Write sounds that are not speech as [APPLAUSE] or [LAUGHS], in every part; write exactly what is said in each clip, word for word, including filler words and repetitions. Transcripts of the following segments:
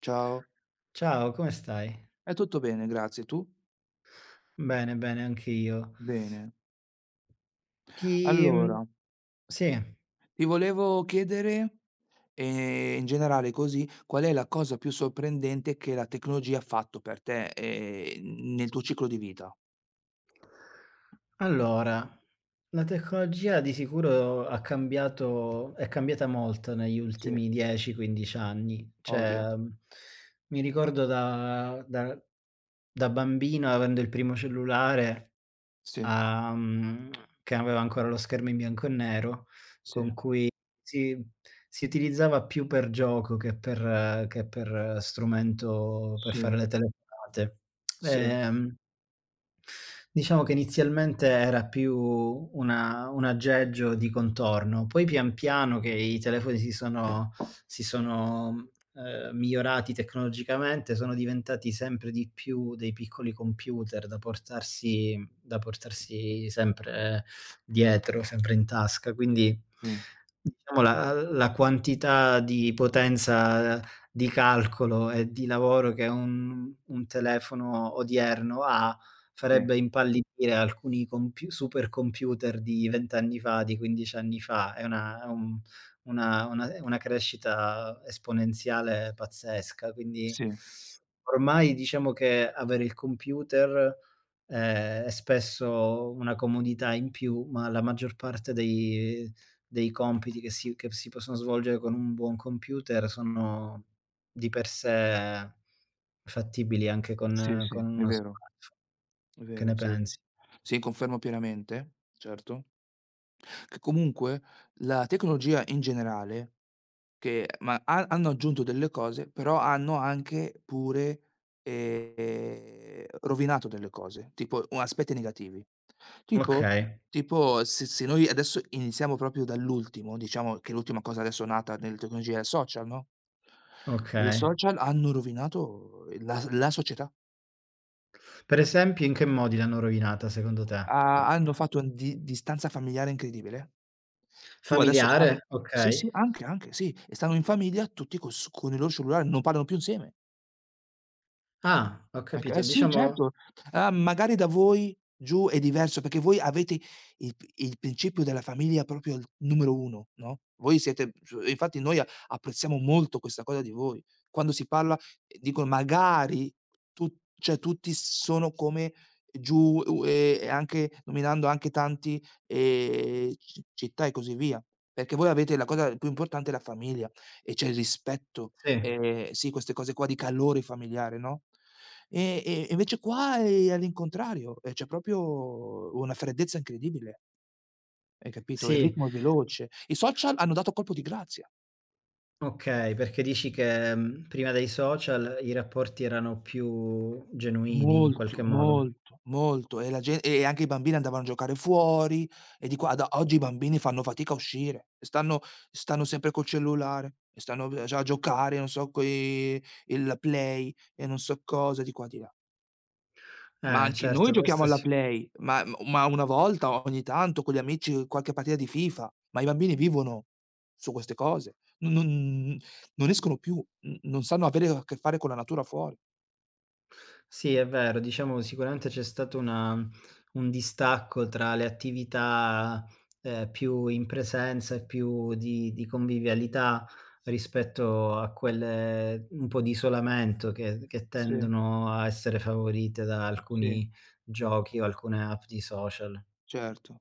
Ciao, Ciao, come stai? è tutto bene, grazie. Tu? Bene, bene, anche io. Bene. Ti mhmm, Allora, sì. ti volevo chiedere, ehm, in generale così, qual è la cosa più sorprendente che la tecnologia ha fatto per te, ehm, nel tuo ciclo di vita? Allora, la tecnologia di sicuro ha cambiato è cambiata molto negli Sì, ultimi dieci, quindici anni. ovvio. Cioè, mhmm, mi ricordo da da da bambino, avendo il primo cellulare. Sì, A mhmm, che aveva ancora lo schermo in bianco e nero, sì, con cui si si utilizzava più per gioco che per che per strumento per sì, fare le telefonate. sì, Ehm Diciamo che inizialmente era più una un aggeggio di contorno, poi pian piano che i telefoni si sono si sono, ehm, migliorati tecnologicamente, sono diventati sempre di più dei piccoli computer da portarsi da portarsi sempre eh, dietro, sempre in tasca. Quindi sì, diciamo la la quantità di potenza di calcolo e di lavoro che un un telefono odierno ha, sì, farebbe impallidire alcuni compiu supercomputer di venti anni fa, di quindici anni fa. È una è un una una è una crescita esponenziale pazzesca, quindi sì, ormai diciamo che avere il computer, ehm, è spesso una comodità in più, ma la maggior parte dei dei compiti che si che si possono svolgere con un buon computer sono di per sé fattibili anche sì, con sì, con è uno vero, smartph è che ne vero, sì, s pensi? sì. Sì, confermo pienamente, certo. Che comunque la tecnologia in generale. Che ma ha hanno aggiunto delle cose, però hanno anche pure, ehm, rovinato delle cose, tipo o aspetti negativi. Tipo Okay, tipo se se noi adesso iniziamo proprio dall'ultimo, diciamo che l'ultima cosa adesso nata nelle tecnologie è il social, no? I okay. social hanno rovinato la la società. Per esempio, in che modi l'hanno rovinata secondo te? Ha hanno fatto un di distanza familiare incredibile. Tu adesso stanno. Familiare? Sì, Okay. sì, anche, anche, sì, e stanno in famiglia tutti col s con il loro cellulare, non parlano più insieme. Ah, ho Ec capito. Eh sì, Diciamo certo. Ah, magari da voi giù è diverso, perché voi avete il p il principio della famiglia proprio al numero uno, no, voi siete su. Infatti noi a apprezziamo molto questa cosa di voi. Quando si parla, eh, dicono: "Magari tu, cioè, tutti s sono come giù", u e e anche nominando anche tanti, ehm, ci città e così via, perché voi avete la cosa più importante è la famiglia e c'è il rispetto. sì, Ehm, sì, queste cose qua di calore familiare, no, e e invece qua è all'incontrario, ehm, c'è proprio una freddezza incredibile, hai capito? Il sì, ritmo è veloce. I social hanno dato colpo di grazia, okay, perché dici che, mhmm, prima dei social i rapporti erano più genuini in qualche molto, modo. molto, molto, e la gen e anche i bambini andavano a giocare fuori, e di qua ad oggi i bambini fanno fatica a uscire, stanno stanno sempre col cellulare e stanno, eh, già a giocare, non so, coi il la Play e non so cosa di qua di là. Ma Eh anche noi certo, giochiamo questo alla sì. Play, ma m ma una volta ogni tanto con gli amici qualche partita di FIFA, ma i bambini vivono su queste cose, non non non escono più, n non sanno avere a che fare con la natura fuori. Sì, è vero. Diciamo sicuramente c'è stato una un distacco tra le attività, ehm, più in presenza e più di di convivialità rispetto a quelle un po' di isolamento che che Sì, tendono a essere favorite da sì, alcuni giochi o alcune app di social. certo.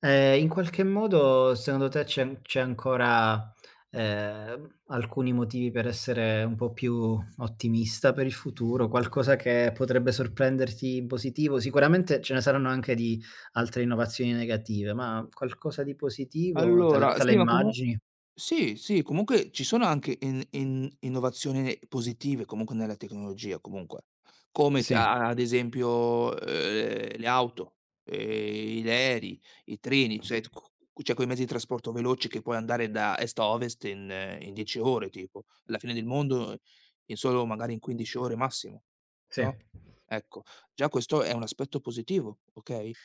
Ehm, in qualche modo secondo te c'è an c'è ancora, ehm, alcuni motivi per essere un po' più ottimista per il futuro? Qualcosa che potrebbe sorprenderti in positivo? Sicuramente ce ne saranno anche di altre innovazioni negative, ma qualcosa di positivo te la Allora te la sì, ma comu immagini? sì, sì, comunque ci sono anche in in innovazioni positive comunque nella tecnologia, comunque. Come, t Sì, a ad esempio, uhm, le auto, ehm, gli aerei, i treni, cioè t co cioè quei mezzi di trasporto veloci che puoi andare da est a ovest in, eh, in dieci ore tipo, alla fine del mondo, eh, in solo magari in quindici ore massimo, sì, no, ecco. Già questo è un aspetto positivo, okay?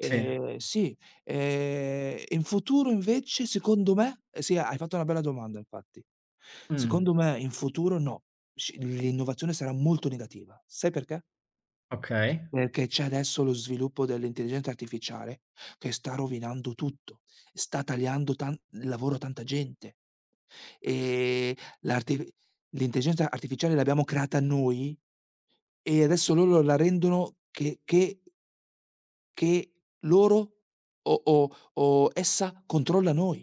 sì. sì. Ehm, in futuro invece secondo me, eh sì, hai fatto una bella domanda infatti. Mh, Secondo me in futuro no, sci l'innovazione sarà molto negativa. Sai perché? okay. Perché c'è adesso lo sviluppo dell'intelligenza artificiale che sta rovinando tutto, sta tagliando tan il lavoro a tanta gente. Ehm, l'arti l'intelligenza artificiale l'abbiamo creata noi e adesso loro la rendono che che che loro o o o essa controlla noi.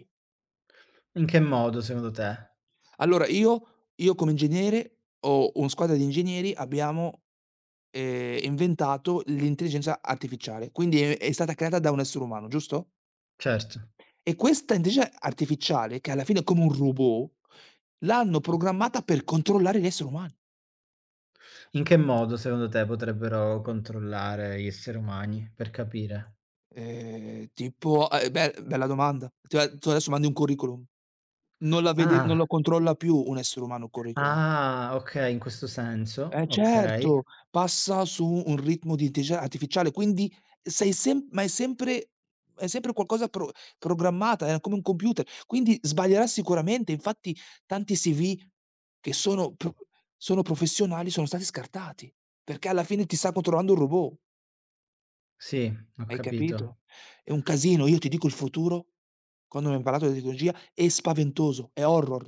In che modo secondo te? Allora io io come ingegnere ho una squadra di ingegneri, abbiamo, ehm, inventato l'intelligenza artificiale, quindi è è stata creata da un essere umano, giusto? Certo. E questa intelligenza artificiale, che alla fine è come un robot, l'hanno programmata per controllare gli esseri umani. In che modo secondo te potrebbero controllare gli esseri umani, per capire? Ehm, tipo, ehm, beh, bella domanda. Tu a tu adesso mandi un curriculum, non la vede Ah. non lo controlla più un essere umano il curriculum. Ah, okay, in questo senso. Eh Okay. certo, passa su un ritmo di intelligenza artificiale, quindi, sei sem ma è sempre è sempre qualcosa pro programmata, è come un computer, quindi sbaglierà sicuramente. Infatti tanti C V che sono pro sono professionali sono stati scartati, perché alla fine ti sta controllando un robot, Sì, ho hai capito. capito? È un casino. Io ti dico il futuro, quando mi ho imparato la tecnologia, è spaventoso, è horror.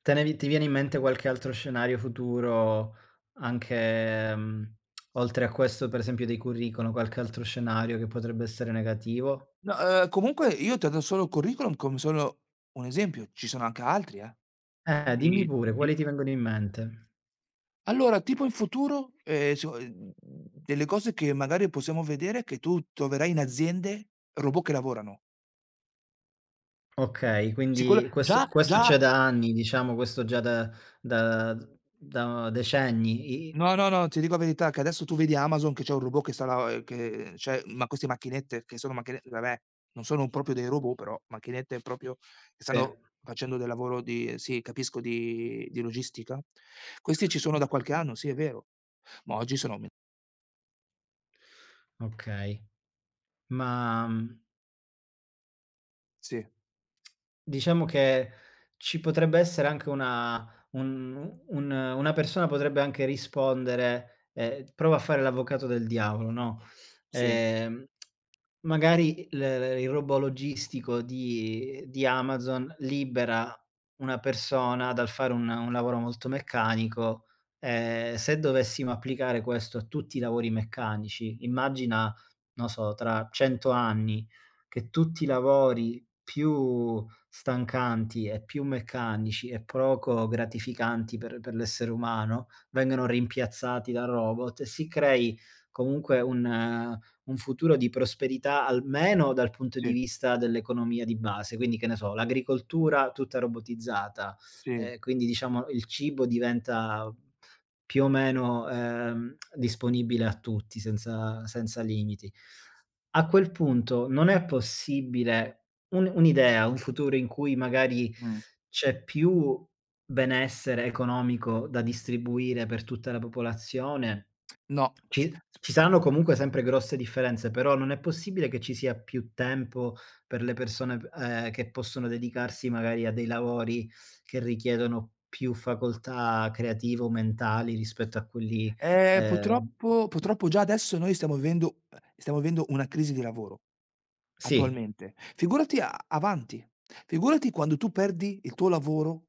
Te ne vi Ti viene in mente qualche altro scenario futuro anche, mhmm, oltre a questo per esempio dei curriculum, qualche altro scenario che potrebbe essere negativo? No, ehm, comunque io ti ho dato solo il curriculum come solo un esempio, ci sono anche altri, eh. Eh, dimmi Di pure, di quali ti vengono in mente? allora, tipo in futuro, ehm, so, ehm, delle cose che magari possiamo vedere che tu troverai in aziende robot che lavorano. Okay, Sicura quindi questo già questo già c'è da anni, diciamo, questo già da da da decenni, i No, no, no, ti dico la verità che adesso tu vedi Amazon che c'è un robot che sta la ehm, che c'è ma queste macchinette che sono macchine, vabbè, non sono proprio dei robot, però macchinette proprio che sì, stanno facendo del lavoro di, sì, capisco, di di logistica. Questi ci sono da qualche anno, sì, è vero. Ma oggi sono aumen. okay. Ma, mhmm Sì, Diciamo che ci potrebbe essere anche una un un una persona potrebbe anche rispondere, ehm, prova a fare l'avvocato del diavolo, no, sì, ehm, magari il il robot logistico di di Amazon libera una persona dal fare un un lavoro molto meccanico, ehm, se dovessimo applicare questo a tutti i lavori meccanici, immagina, non so, tra cento anni, che tutti i lavori più stancanti e più meccanici e poco gratificanti per per l'essere umano, vengano rimpiazzati da robot e si crei comunque un eh, un futuro di prosperità, almeno dal punto di sì, vista dell'economia di base. Quindi, che ne so, l'agricoltura tutta robotizzata, sì. ehm, quindi diciamo il cibo diventa più o meno, ehm, disponibile a tutti senza senza limiti. A quel punto non è possibile un un'idea, un futuro in cui magari Mh. c'è più benessere economico da distribuire per tutta la popolazione. No. Ci ci saranno comunque sempre grosse differenze, però non è possibile che ci sia più tempo per le persone p ehm, che possono dedicarsi magari a dei lavori che richiedono più facoltà creative o mentali rispetto a quelli Ehm, ehm purtroppo purtroppo già adesso noi stiamo vivendo, stiamo vivendo una crisi di lavoro, sì, attualmente. Figurati, a avanti, figurati quando tu perdi il tuo lavoro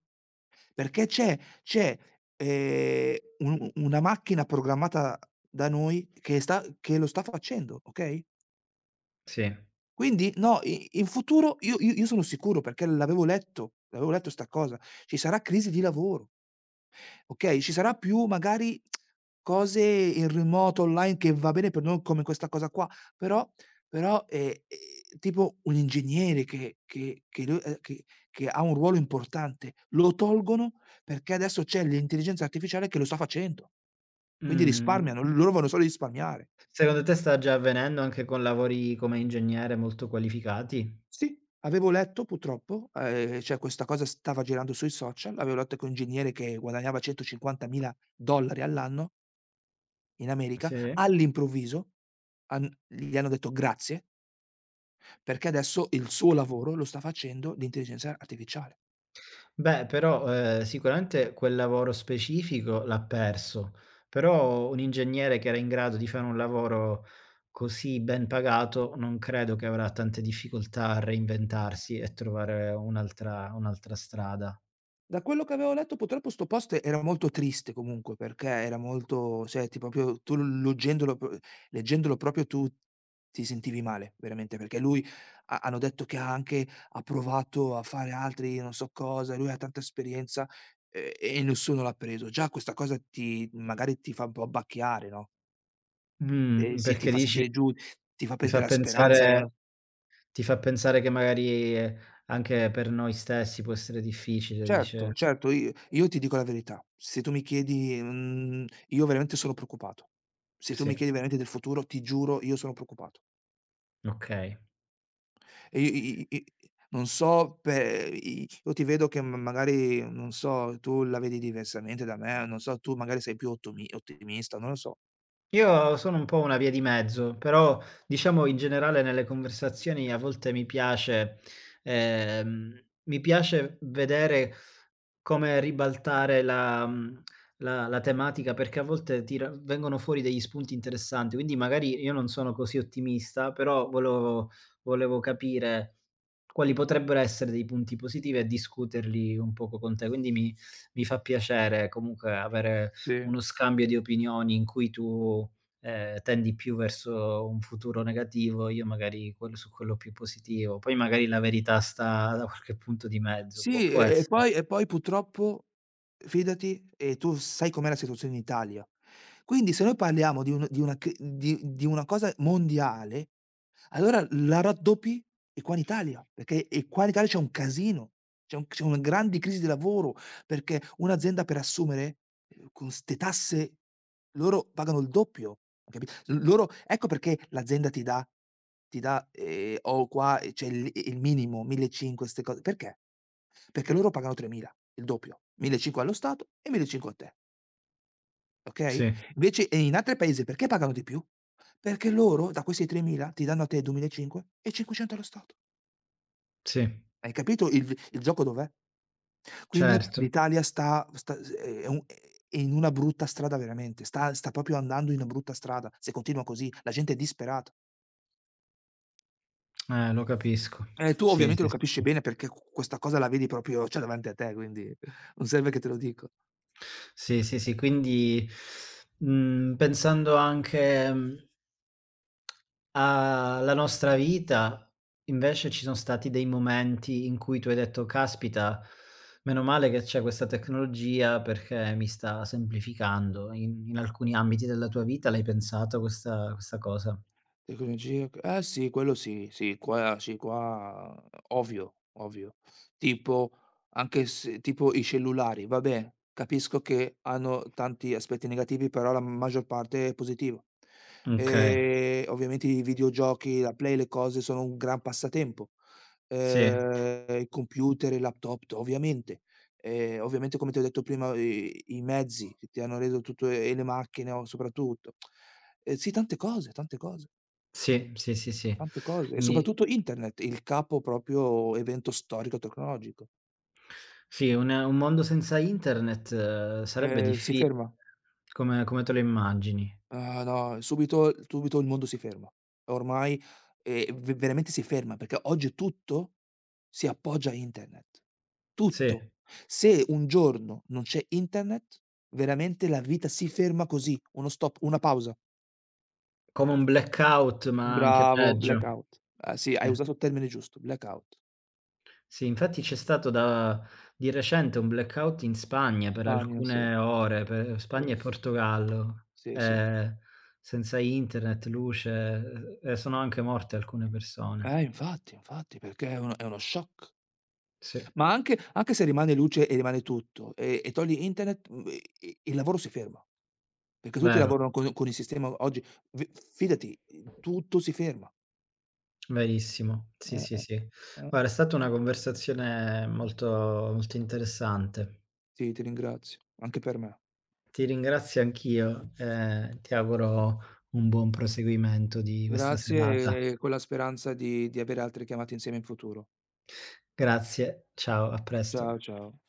perché c'è, c'è, ehm, un una macchina programmata da noi che sta, che lo sta facendo, okay? sì. Quindi no, i in futuro io io io sono sicuro perché l'avevo letto, l'avevo letto 'sta cosa, ci sarà crisi di lavoro. Okay, ci sarà più magari cose in remoto online che va bene per noi come questa cosa qua, però però, ehm, ehm, tipo un ingegnere che che che lui ehm, che che ha un ruolo importante, lo tolgono perché adesso c'è l'intelligenza artificiale che lo sta facendo, quindi Mhmm risparmiano, loro vogliono solo risparmiare. Secondo te sta già avvenendo anche con lavori come ingegnere molto qualificati? Sì, avevo letto purtroppo, ehm, cioè, questa cosa stava girando sui social, avevo letto che un ingegnere che guadagnava centocinquantamila dollari all'anno in America, Sì. all'improvviso, han gli hanno detto grazie, perché adesso il suo lavoro lo sta facendo l'intelligenza artificiale. Beh, però, ehm, sicuramente quel lavoro specifico l'ha perso, però un ingegnere che era in grado di fare un lavoro così ben pagato, non credo che avrà tante difficoltà a reinventarsi e trovare un'altra un'altra strada. Da quello che avevo letto purtroppo, 'sto post era molto triste comunque, perché era molto, cioè, ti, proprio tu leggendolo pro leggendolo, proprio tu ti sentivi male, veramente, perché lui, ha hanno detto che ha, anche ha provato a fare altri non so cosa, lui ha tanta esperienza, ehm, e nessuno l'ha preso. Già questa cosa, ti magari ti fa un po' abbacchiare, no? Ehm, Mh, sì, ti perché fa dici sentire giù, ti fa ti fa perdere la speranza, è pensare una. ti fa pensare che magari eh, anche per noi stessi può essere difficile, dice Certo, certo, i io ti dico la verità, se tu mi chiedi, mhmm, io veramente sono preoccupato. Se tu sì, mi chiedi veramente del futuro, ti giuro, io sono preoccupato. okay. E, i i i i non so, pe i io ti vedo che, m magari, non so, tu la vedi diversamente da me, non so, tu magari sei più ottomi ottimista, non lo so. Io sono un po' una via di mezzo, però diciamo in generale nelle conversazioni a volte mi piace, ehm, mi piace vedere come ribaltare la mhmm, la la tematica, perché a volte tira vengono fuori degli spunti interessanti, quindi magari io non sono così ottimista, però volevo volevo capire quali potrebbero essere dei punti positivi e discuterli un poco con te. Quindi mi mi fa piacere comunque avere Sì. uno scambio di opinioni in cui tu, ehm, tendi più verso un futuro negativo, io magari quello su quello più positivo. Poi magari la verità sta da qualche punto di mezzo, può Sì, può e e essere. poi e poi purtroppo, fidati, e tu sai com'è la situazione in Italia. Quindi se noi parliamo di un di una c di di una cosa mondiale allora la raddoppi, e qua in Italia, perché e qua in Italia c'è un casino, c'è un c'è una grande crisi di lavoro, perché un'azienda per assumere, ehm, con 'ste tasse loro pagano il doppio. Hai capi l Loro, ecco perché l'azienda ti dà, ti dà, ehm, "Oh qua, eh, c'è il eh, il minimo, millecinquecento ste cose", perché? Perché loro pagano tremila, il doppio, millecinquecento allo Stato e millecinquecento a te. Okay? Sì. Invece, e in altri paesi perché pagano di più? Perché loro da questi tremila ti danno a te duemilacinquecento e cinquecento allo Stato. Sì, Hai capito il v il gioco dov'è? Quindi certo, l'Italia, sta sta s è è un è in una brutta strada veramente, sta sta proprio andando in una brutta strada, se continua così. La gente è disperata. eh, lo capisco. Eh, tu Sì, ovviamente sì, lo sì, capisci sì. bene perché, q questa cosa la vedi proprio, cioè, davanti a te, quindi [LAUGHS] non serve che te lo dico. Sì, sì, sì, quindi, mhmm, pensando anche, mhmm, alla nostra vita, invece ci sono stati dei momenti in cui tu hai detto: "Caspita, meno male che c'è questa tecnologia perché mi sta semplificando." In in alcuni ambiti della tua vita l'hai pensato questa questa cosa? Tecnologia, c eh sì, quello sì, sì, qua sì, qua ovvio, ovvio. Tipo anche se, tipo, i cellulari, vabbè, capisco che hanno tanti aspetti negativi, però la maggior parte è positivo. Okay, Ehm, ovviamente i videogiochi, la Play, le cose sono un gran passatempo. sì, Ehm, i computer, i laptop, t ovviamente. Ehm, ovviamente, come ti ho detto prima, i i mezzi che ti hanno reso tutto, e le macchine o soprattutto. Ehm, sì, tante cose, tante cose. sì, sì, sì, sì. Tante cose, e Quindi soprattutto internet, il capo proprio evento storico tecnologico. sì, un un mondo senza internet, ehm, sarebbe Ehm, si difficile, ferma. come come te lo immagini. Ah, no, subito subito il mondo si ferma. Ormai, ehm, v veramente si ferma, perché oggi tutto si appoggia a internet. Sì, Tutto. Se un giorno non c'è internet, veramente la vita si ferma così, uno stop, una pausa. come un blackout, ma anche Bravo, peggio. blackout. Ah, sì, hai Sì. usato il termine giusto, blackout. Sì, infatti c'è stato da di recente un blackout in Spagna per Spagna, sì, alcune ore, per sì, Spagna e Portogallo, sì, sì. ehm, senza internet, luce, e e sono anche morte alcune persone. Eh, infatti, infatti, perché è uno è uno shock. Sì, Ma anche anche se rimane luce e rimane tutto, e e togli internet, mhmm, i i il lavoro si ferma, perché tutti vero. lavorano con con il sistema oggi. V Fidati, ehm, tutto si ferma. Verissimo. Sì, Eh, sì, eh, sì. eh. Guarda, è stata una conversazione molto molto interessante. Sì, ti ringrazio, anche per me. Ti ringrazio anch'io e ti auguro un buon proseguimento di questa serata. Grazie, e con la speranza di di avere altre chiamate insieme in futuro. Grazie, ciao, a presto. Ciao, ciao.